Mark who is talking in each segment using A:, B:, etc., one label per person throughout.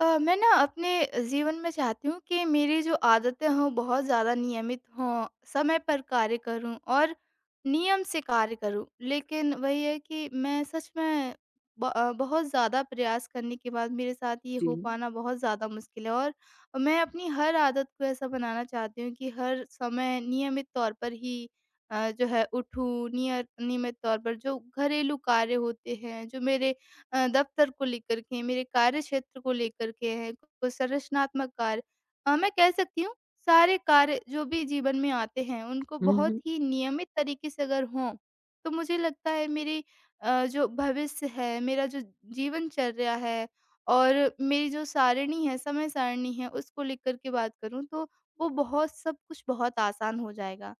A: मैं ना अपने जीवन में चाहती हूँ कि मेरी जो आदतें हों बहुत ज़्यादा नियमित हों, समय पर कार्य करूँ और नियम से कार्य करूँ। लेकिन वही है कि मैं सच में बहुत ज़्यादा प्रयास करने के बाद मेरे साथ ये
B: जी।
A: हो पाना बहुत ज़्यादा मुश्किल है। और मैं अपनी हर आदत को ऐसा बनाना चाहती हूँ कि हर समय नियमित तौर पर ही जो है उठूँ, नियर नियमित तौर पर जो घरेलू कार्य होते हैं, जो मेरे दफ्तर को लेकर के, मेरे कार्य क्षेत्र को लेकर के है, कोई संरचनात्मक कार्य। मैं कह सकती हूँ सारे कार्य जो भी जीवन में आते हैं उनको
B: हुँ,
A: बहुत
B: हुँ।
A: ही नियमित तरीके से अगर हों, तो मुझे लगता है मेरी जो भविष्य है, मेरा जो जीवनचर्या है और मेरी जो सारिणी है, समय सारिणी है उसको लेकर के बात करूँ, तो वो बहुत सब कुछ बहुत आसान हो जाएगा।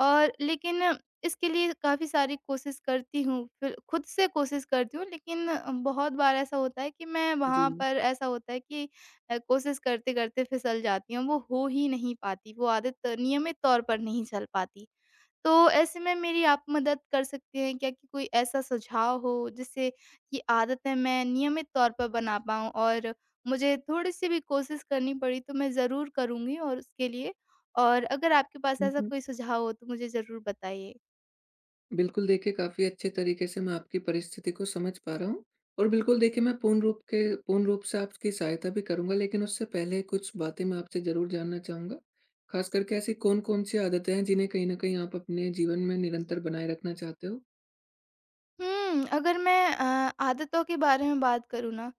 A: और लेकिन इसके लिए काफ़ी सारी कोशिश करती हूँ, फिर खुद से कोशिश करती हूँ, लेकिन बहुत बार ऐसा होता है कि मैं वहाँ
B: जी।
A: पर ऐसा होता है कि कोशिश करते-करते फिसल जाती हूँ, वो हो ही नहीं पाती, वो आदत नियमित तौर पर नहीं चल पाती। तो ऐसे में मेरी आप मदद कर सकते हैं क्या कि कोई ऐसा सुझाव हो जिससे ये आदतें मैं नियमित तौर पर बना पाऊँ, और मुझे थोड़ी-सी भी कोशिश करनी पड़ी तो मैं ज़रूर करूँगी, और उसके लिए और अगर आपके पास
B: हुँ,
A: ऐसा
B: हुँ।
A: कोई सुझाव हो तो मुझे ज़रूर बताइए।
B: बिल्कुल, देखिए काफ़ी अच्छे तरीके से मैं आपकी परिस्थिति को समझ पा रहा हूँ और बिल्कुल देखिए, मैं पूर्ण रूप से आपकी सहायता भी करूँगा, लेकिन उससे पहले कुछ बातें मैं आपसे ज़रूर जानना चाहूँगा। ख़ास करके ऐसी कौन-कौन सी आदतें हैं जिन्हें कहीं न कहीं आप अपने जीवन में निरंतर बनाए रखना चाहते हो?
A: अगर मैं आदतों के बारे में बात करूँ ना,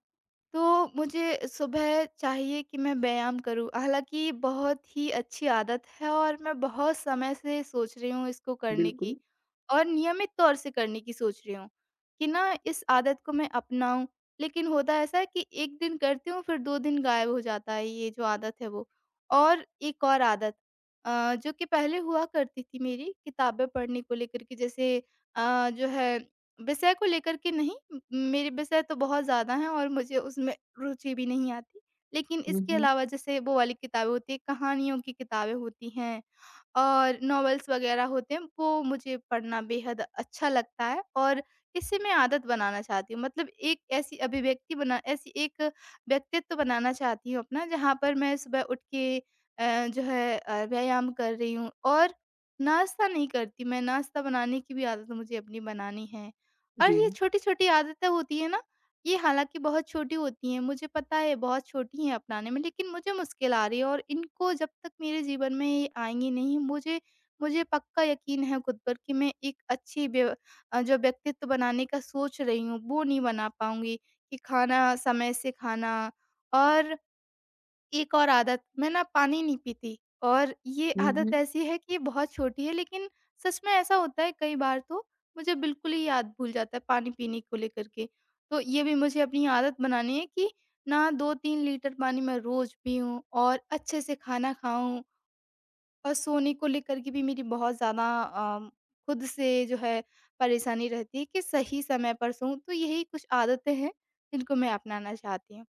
A: तो मुझे सुबह चाहिए कि मैं व्यायाम करूँ। हालाँकि बहुत ही अच्छी आदत है, और मैं बहुत समय से सोच रही हूँ इसको करने
B: बिल्कुल।
A: की। और नियमित तौर से करने की सोच रही हूँ, कि ना इस आदत को मैं अपनाऊँ। लेकिन होता ऐसा है कि 1 दिन करती हूँ फिर 2 दिन गायब हो जाता है ये जो आदत है वो। और एक और आदत जो कि पहले हुआ करती थी मेरी किताबें पढ़ने को लेकर के, जैसे जो है विषय को लेकर के नहीं, म मेरे विषय तो बहुत ज़्यादा हैं और मुझे उसमें रुचि भी नहीं आती। लेकिन
B: हुँ,
A: इसके
B: हुँ।
A: अलावा जैसे वो वाली किताबें होती हैं, कहानियों की किताबें होती हैं। और नॉवेल्स वगैरह होते हैं, वो मुझे पढ़ना बेहद अच्छा लगता है, और इससे मैं आदत बनाना चाहती हूँ। मतलब एक ऐसी अभिव्यक्ति बना ऐसी एक व्यक्तित्व बनाना चाहती हूँ अपना, जहाँ पर मैं सुबह उठ के व्यायाम कर रही हूँ, और नाश्ता नहीं करती मैं, नाश्ता बनाने की भी आदत मुझे अपनी बनानी है। और ये
B: जी।
A: छोटी-छोटी आदतें होती हैं ना, ये हालाँकि बहुत छोटी होती हैं, मुझे पता है बहुत छोटी हैं अपनाने में, लेकिन मुझे मुश्किल आ रही है, और इनको जब तक मेरे जीवन में ये आएँगी नहीं, मुझे मुझे पक्का यकीन है खुद पर कि मैं एक अच्छी जो व्यक्तित्व बनाने का सोच रही हूँ, वो नहीं बना पाऊँगी, कि खाना समय से खाना और एक और आदत, मैं ना पानी नहीं पीती, और ये
B: हुँ,
A: आदत
B: हुँ।
A: ऐसी है कि ये बहुत छोटी है, लेकिन सच में ऐसा होता है कई बार तो मुझे बिल्कुल ही याद भूल जाता है पानी पीने को लेकर के। तो ये भी मुझे अपनी आदत बनानी है कि ना 2-3 लीटर पानी मैं रोज़ पीऊँ, और अच्छे से खाना खाऊँ, और सोने को लेकर के भी मेरी बहुत ज़्यादा खुद से जो है परेशानी रहती है कि सही समय पर सोऊँ। तो यही कुछ आदतें हैं जिनको मैं अपनाना चाहती हूँ।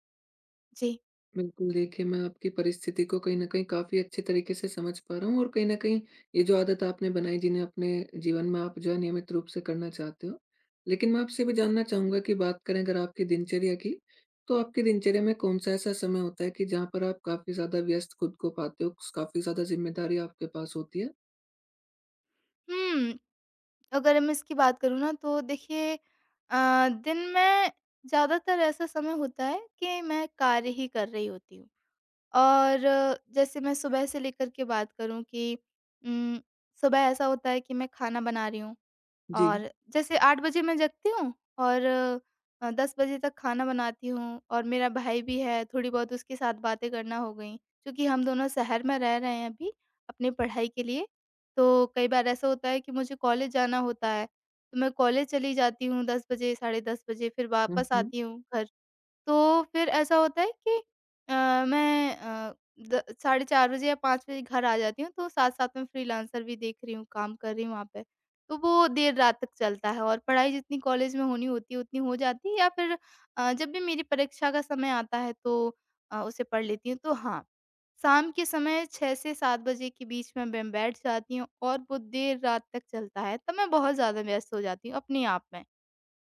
A: जी।
B: बिल्कुल, देखिए मैं आपकी परिस्थिति को कहीं न कहीं काफ़ी अच्छे तरीके से समझ पा रहा हूँ, और कहीं न कहीं ये जो आदत आपने बनाई जिन्हें अपने जीवन में आप जो है नियमित रूप से करना चाहते हो। लेकिन मैं आपसे भी जानना चाहूँगा कि बात करें अगर आपकी दिनचर्या की, तो आपकी दिनचर्या में कौन-सा ऐसा समय होता है कि जहाँ पर आप काफ़ी ज़्यादा व्यस्त खुद को पाते हो, काफ़ी ज़्यादा ज़िम्मेदारी आपके पास होती है?
A: हुँ। अगर मैं इसकी बात करूँ ना, तो देखिए दिन में ज़्यादातर ऐसा समय होता है कि मैं कार्य ही कर रही होती हूँ। और जैसे मैं सुबह से लेकर के बात करूँ कि उम, सुबह ऐसा होता है कि मैं खाना बना रही हूँ,
B: जी।
A: और जैसे 8 बजे मैं जगती हूँ, और 10 बजे तक खाना बनाती हूँ, और मेरा भाई भी है, थोड़ी बहुत उसके साथ बातें करना हो गई। क्योंकि हम दोनों शहर में रह रहे हैं अभी अपनी पढ़ाई के लिए, तो कई बार ऐसा होता है कि मुझे कॉलेज जाना होता है, तो मैं कॉलेज चली जाती हूँ 10 बजे, साढ़े 10 बजे फिर
B: हुँ,
A: वापस
B: हुँ।
A: आती हूँ घर। तो फिर ऐसा होता है कि अ, मैं अ, द साढ़े 4 बजे या 5 बजे घर आ जाती हूँ, तो साथ-साथ में फ्रीलांसर भी देख रही हूँ, काम कर रही हूँ वहाँ पे। तो वो देर रात तक चलता है, और पढ़ाई जितनी कॉलेज में होनी होती है, उतनी हो जाती है, या फिर जब भी मेरी परीक्षा का समय आता है तो उसे पढ़ लेती हूँ। तो हाँ, शाम के समय 6 से 7 बजे के बीच में मैं बैठ जाती हूँ, और वो देर रात तक चलता है, तब मैं बहुत ज़्यादा व्यस्त हो जाती हूँ अपने आप में।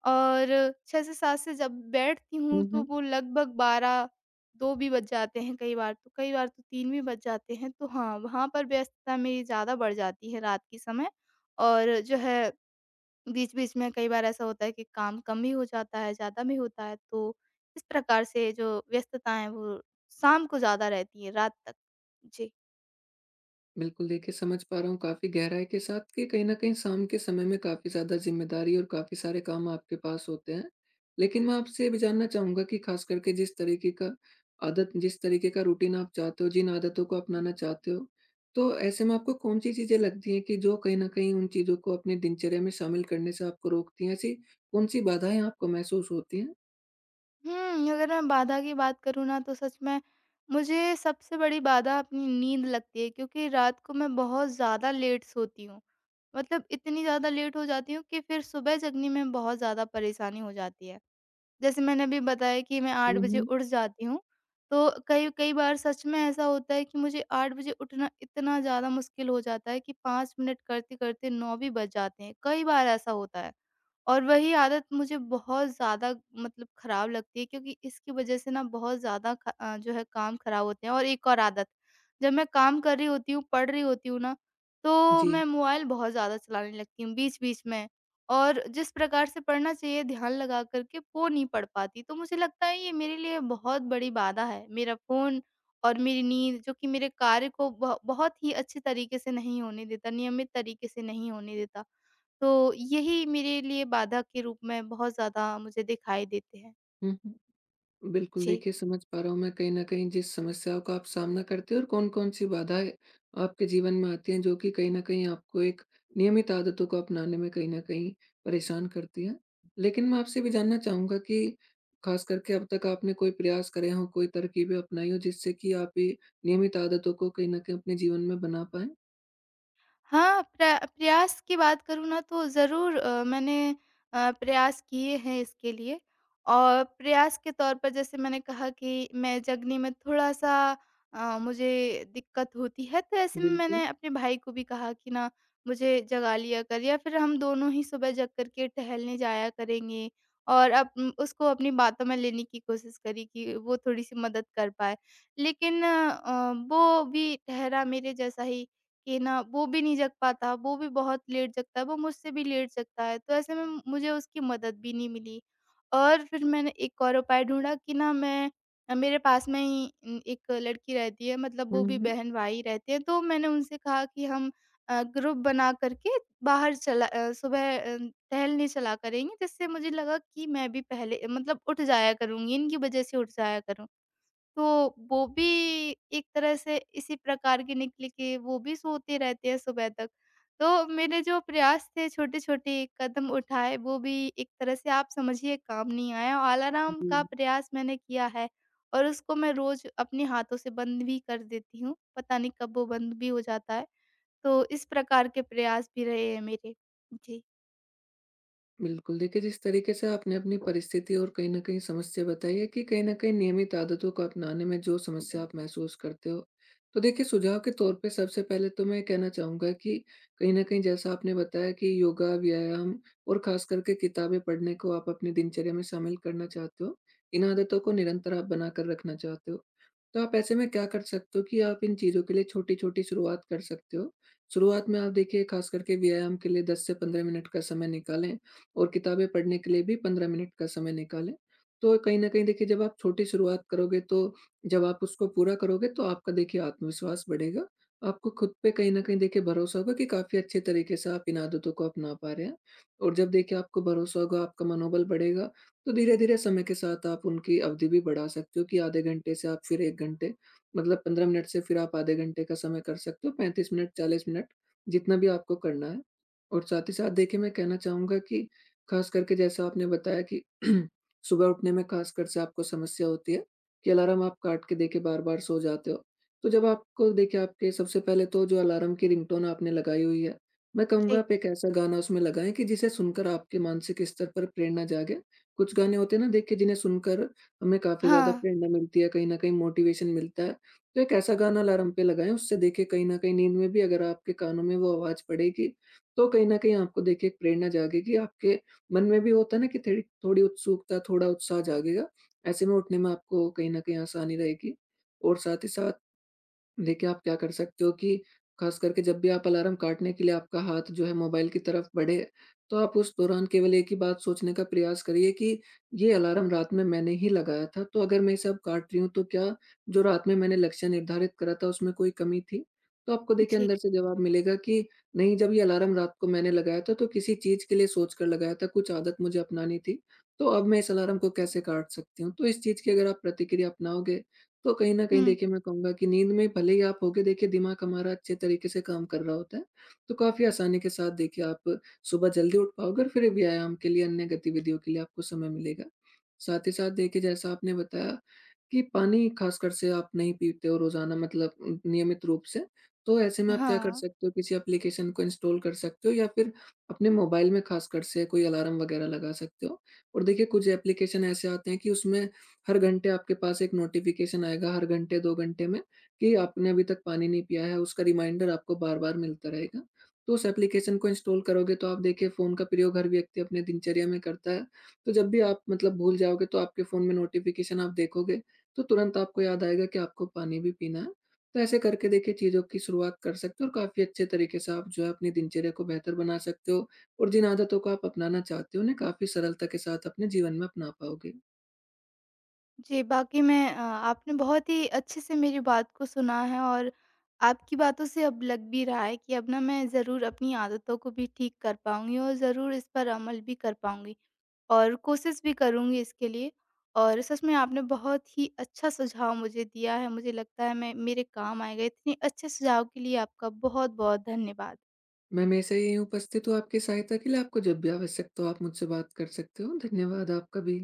A: और 6 से 7 से जब बैठती हूँ तो वो लगभग 12, 2 भी बज जाते हैं कई बार तो 3 भी बज जाते हैं। तो हाँ, वहाँ पर व्यस्तता मेरी ज़्यादा बढ़ जाती है रात के समय, और जो है बीच-बीच में कई बार ऐसा होता है कि काम कम भी हो जाता है, ज़्यादा भी होता है। तो इस प्रकार से जो व्यस्तता है वो शाम को ज़्यादा रहती है, रात तक। जी।
B: बिल्कुल, देखिए समझ पा रहा हूँ काफ़ी गहराई के साथ कि कहीं न कहीं शाम के समय में काफ़ी ज़्यादा ज़िम्मेदारी और काफ़ी सारे काम आपके पास होते हैं। लेकिन मैं आपसे ये भी जानना चाहूँगा कि ख़ास करके जिस तरीके का रूटीन आप चाहते हो, जिन आदतों को अपनाना चाहते हो, तो ऐसे में आपको कौन-सी चीज़ें लगती हैं कि जो कहीं न कहीं उन चीज़ों को अपनी दिनचर्या में शामिल करने से आपको रोकती हैं? ऐसी कौन-सी बाधाएँ आपको महसूस होती हैं?
A: अगर मैं बाधा की बात करूँ ना, तो सच में मुझे सबसे बड़ी बाधा अपनी नींद लगती है, क्योंकि रात को मैं बहुत ज़्यादा लेट सोती हूँ। मतलब इतनी ज़्यादा लेट हो जाती हूँ कि फिर सुबह जगने में बहुत ज़्यादा परेशानी हो जाती है। जैसे मैंने अभी बताया कि मैं 8
B: हुँ,
A: बजे
B: हुँ।
A: उठ जाती हूँ, तो कई कई बार सच में ऐसा होता है कि मुझे 8 बजे उठना इतना ज़्यादा मुश्किल हो जाता है कि 5 मिनट करते-करते 9 भी बज जाते हैं, कई बार ऐसा होता है। और वही आदत मुझे बहुत ज़्यादा मतलब खराब लगती है, क्योंकि इसकी वजह से ना बहुत ज़्यादा जो है काम खराब होते हैं। और एक और आदत, जब मैं काम कर रही होती हूँ, पढ़ रही होती हूँ ना, तो
B: जी।
A: मैं मोबाइल बहुत ज़्यादा चलाने लगती हूँ बीच-बीच में, और जिस प्रकार से पढ़ना चाहिए ध्यान लगा कर के, वो नहीं पढ़ पाती। तो मुझे लगता है ये मेरे लिए बहुत बड़ी बाधा है, मेरा फ़ोन और मेरी नींद, जो कि मेरे कार्य को ब बहुत ही अच्छे तरीके से नहीं होने देता, नियमित तरीके से नहीं होने देता। तो यही मेरे लिए बाधा के रूप में बहुत ज़्यादा मुझे दिखाई देते हैं।
B: हुँ, हुँ। बिल्कुल,
A: जी।
B: देखिए समझ पा रहा हूँ मैं कहीं न कहीं जिस समस्याओं का आप सामना करते हो और कौन-कौन सी बाधाएँ आपके जीवन में आती हैं, जो कि कहीं न कहीं आपको एक नियमित आदतों को अपनाने में कहीं न कहीं परेशान करती हैं। लेकिन मैं आपसे भी जानना चाहूँगा कि ख़ास करके अब तक आपने कोई प्रयास करे हों, कोई तरकीबें अपनाई हों, जिससे कि आप ये नियमित आदतों को कहीं न कहीं अपने जीवन में बना पाएँ?
A: हाँ, प्रयास की बात करूँ ना, तो ज़रूर मैंने प्रयास किए हैं इसके लिए, और प्रयास के तौर पर जैसे मैंने कहा कि मैं जगने में थोड़ा-सा मुझे दिक्कत होती है, तो ऐसे में
B: बिल्कुल।
A: मैंने अपने भाई को भी कहा कि ना मुझे जगा लिया कर, या फिर हम दोनों ही सुबह जग कर के टहलने जाया करेंगे, और उसको अपनी बातों में लेने की कोशिश करी कि वो थोड़ी-सी मदद कर पाए। लेकिन वो भी ठहरा मेरे जैसा ही, कि ना वो भी नहीं जग पाता, वो भी बहुत लेट जगता है, वो मुझसे भी लेट जगता है, तो ऐसे में मुझे उसकी मदद भी नहीं मिली। और फिर मैंने एक और उपाय ढूँढा कि ना मैं मेरे पास में ही एक लड़की रहती है, मतलब
B: हुँ,
A: वो भी
B: हुँ।
A: बहन-भाई रहते हैं, तो मैंने उनसे कहा कि हम ग्रुप बना कर के बाहर सुबह टहलने चला करेंगे, जिससे मुझे लगा कि मैं भी पहले मतलब उठ जाया करूँगी, इनकी वज़ह से उठ जाया करूँगी। तो वो भी एक तरह से इसी प्रकार की निकली, कि वो भी सोते रहते हैं सुबह तक। तो मेरे जो प्रयास थे छोटे-छोटे कदम उठाए, वो भी एक तरह से आप समझिए काम नहीं आया। अलार्म
B: जी।
A: का प्रयास मैंने किया है, और उसको मैं रोज़ अपने हाथों से बंद भी कर देती हूँ। पता नहीं कब वो बंद भी हो जाता है। तो इस प्रकार के प्रयास भी रहे हैं मेरे। जी,
B: बिल्कुल, देखिए जिस तरीके से आपने अपनी परिस्थिति और कहीं न कहीं समस्या बताई है कि कहीं न कहीं नियमित आदतों को अपनाने में जो समस्या आप महसूस करते हो। तो देखिए, सुझाव के तौर पे सबसे पहले तो मैं कहना चाहूँगा कि कहीं न कहीं जैसा आपने बताया कि योगा, व्यायाम और ख़ास करके किताबें पढ़ने को आप अपनी दिनचर्या में शामिल करना चाहते हो। इन आदतों को निरंतर आप बनाकर रखना चाहते हो। तो आप ऐसे में क्या कर सकते हो कि आप इन चीज़ों के लिए छोटी-छोटी शुरुआत कर सकते हो। शुरुआत में आप देखिए ख़ास करके व्यायाम के लिए 10 से 15 मिनट का समय निकालें। और किताबें पढ़ने के लिए भी 15 मिनट का समय निकालें। तो कहीं न कहीं देखिए, जब आप छोटी शुरुआत करोगे, तो जब आप उसको पूरा करोगे तो आपका देखिए आत्मविश्वास बढ़ेगा। आपको खुद पे कहीं न कहीं देखिए भरोसा होगा कि काफ़ी अच्छे तरीके से आप इन आदतों को अपना पा रहे हैं। और जब देखिए आपको भरोसा होगा, आपका मनोबल बढ़ेगा, तो धीरे-धीरे समय के साथ आप उनकी अवधि भी बढ़ा सकते हो कि आधे घंटे से आप फिर 1 घंटे, मतलब 15 मिनट से फिर आप आधे घंटे का समय कर सकते हो, 35 मिनट, 40 मिनट, जितना भी आपको करना है। और साथ ही साथ देखिए मैं कहना चाहूँगा कि खास करके जैसा आपने बताया कि सुबह उठने में खासकर से आपको समस्या होती है कि अलार्म आप काट के देखिए बार-बार सो जाते हो। तो जब आपको देखिए, आपके सबसे पहले तो जो अलार्म की रिंगटोन आपने लगाई हुई है, मैं कहूँगा
A: जी।
B: आप एक ऐसा गाना उसमें लगाएँ कि जिसे सुनकर आपके मानसिक स्तर पर प्रेरणा जागे। कुछ गाने होते हैं ना देखिए जिन्हें सुनकर हमें काफ़ी ज़्यादा
A: हाँ,
B: प्रेरणा मिलती है, कहीं न कहीं मोटिवेशन मिलता है। तो एक ऐसा गाना अलार्म पे लगाएँ, उससे देखिए कहीं न कहीं नींद में भी अगर आपके कानों में वो आवाज़ पड़ेगी, तो कहीं न कहीं आपको देखिए एक प्रेरणा जागेगी, आपके मन में भी होता है ना कि थेड़ी थोड़ी उत्सुकता, थोड़ा उत्साह जागेगा। ऐसे में उठने में आपको कहीं न कहीं आसानी रहेगी। और साथ ही साथ देखिए, आप क्या कर सकते हो कि ख़ास करके जब भी आप अलार्म काटने के लिए आपका हाथ जो है मोबाइल की तरफ बढ़े, तो आप उस दौरान केवल एक ही बात सोचने का प्रयास करिए कि ये अलार्म रात में मैंने ही लगाया था, तो अगर मैं इसे अब काट रही हूँ तो क्या जो रात में मैंने लक्ष्य निर्धारित करा था उसमें कोई कमी थी? तो आपको देखिए
A: जी।
B: अंदर से जवाब मिलेगा कि नहीं, जब ये अलार्म रात को मैंने लगाया था तो किसी चीज़ के लिए सोच कर लगाया था, कुछ आदत मुझे अपनानी थी, तो अब मैं इस अलार्म को कैसे काट सकती हूँ? तो इस चीज़ की अगर आप प्रतिक्रिया अपनाओगे, तो कहीं न कहीं
A: हुँ,
B: देखिए मैं कहूँगा कि नींद में भले ही आप होगे, देखिए दिमाग हमारा अच्छे तरीके से काम कर रहा होता है, तो काफ़ी आसानी के साथ देखिए आप सुबह जल्दी उठ पाओगे और फिर व्यायाम के लिए, अन्य गतिविधियों के लिए आपको समय मिलेगा। साथ ही साथ देखिए जैसा आपने बताया कि पानी खासकर से आप नहीं पीते हो रोज़ाना, मतलब नियमित रूप से, तो ऐसे में आप क्या कर
A: हाँ।
B: सकते हो, किसी एप्लीकेशन को इंस्टॉल कर सकते हो या फिर अपने मोबाइल में खासकर से कोई अलार्म वगैरह लगा सकते हो। और देखिए कुछ एप्लीकेशन ऐसे आते हैं कि उसमें हर घंटे आपके पास एक नोटिफिकेशन आएगा, हर घंटे 2 घंटे में, कि आपने अभी तक पानी नहीं पिया है, उसका रिमाइंडर आपको बार-बार मिलता रहेगा। तो उस एप्लीकेशन को इंस्टॉल करोगे तो आप देखिए फ़ोन का प्रयोग हर व्यक्ति अपने दिनचर्या में करता है। तो जब भी आप मतलब भूल जाओगे, तो आपके फ़ोन में नोटिफिकेशन आप देखोगे, तो तुरंत आपको याद आएगा कि आपको पानी भी पीना है। तो ऐसे करके देखिए चीज़ों की शुरुआत कर सकते हो और काफ़ी अच्छे तरीके से आप जो है अपनी दिनचर्या को बेहतर बना सकते हो, और जिन आदतों को आप अपनाना चाहते हो उन्हें काफ़ी सरलता के साथ अपने जीवन में अपना पाओगे।
A: जी, बाकी आपने बहुत ही अच्छे से मेरी बात को सुना है, और आपकी बातों से अब लग भी रहा है कि अब ना मैं ज़रूर अपनी आदतों को भी ठीक कर पाऊँगी, और ज़रूर इस पर अमल भी कर पाऊँगी, और कोशिश भी करूँगी इसके लिए। और सच में आपने बहुत ही अच्छा सुझाव मुझे दिया है, मुझे लगता है मैं मेरे काम आएगा। इतने अच्छे सुझाव के लिए आपका बहुत-बहुत धन्यवाद।
B: मैं हमेशा यहीं उपस्थित हूँ आपकी सहायता के लिए। आपको जब भी आवश्यकता हो आप मुझसे बात कर सकते हो। धन्यवाद आपका भी।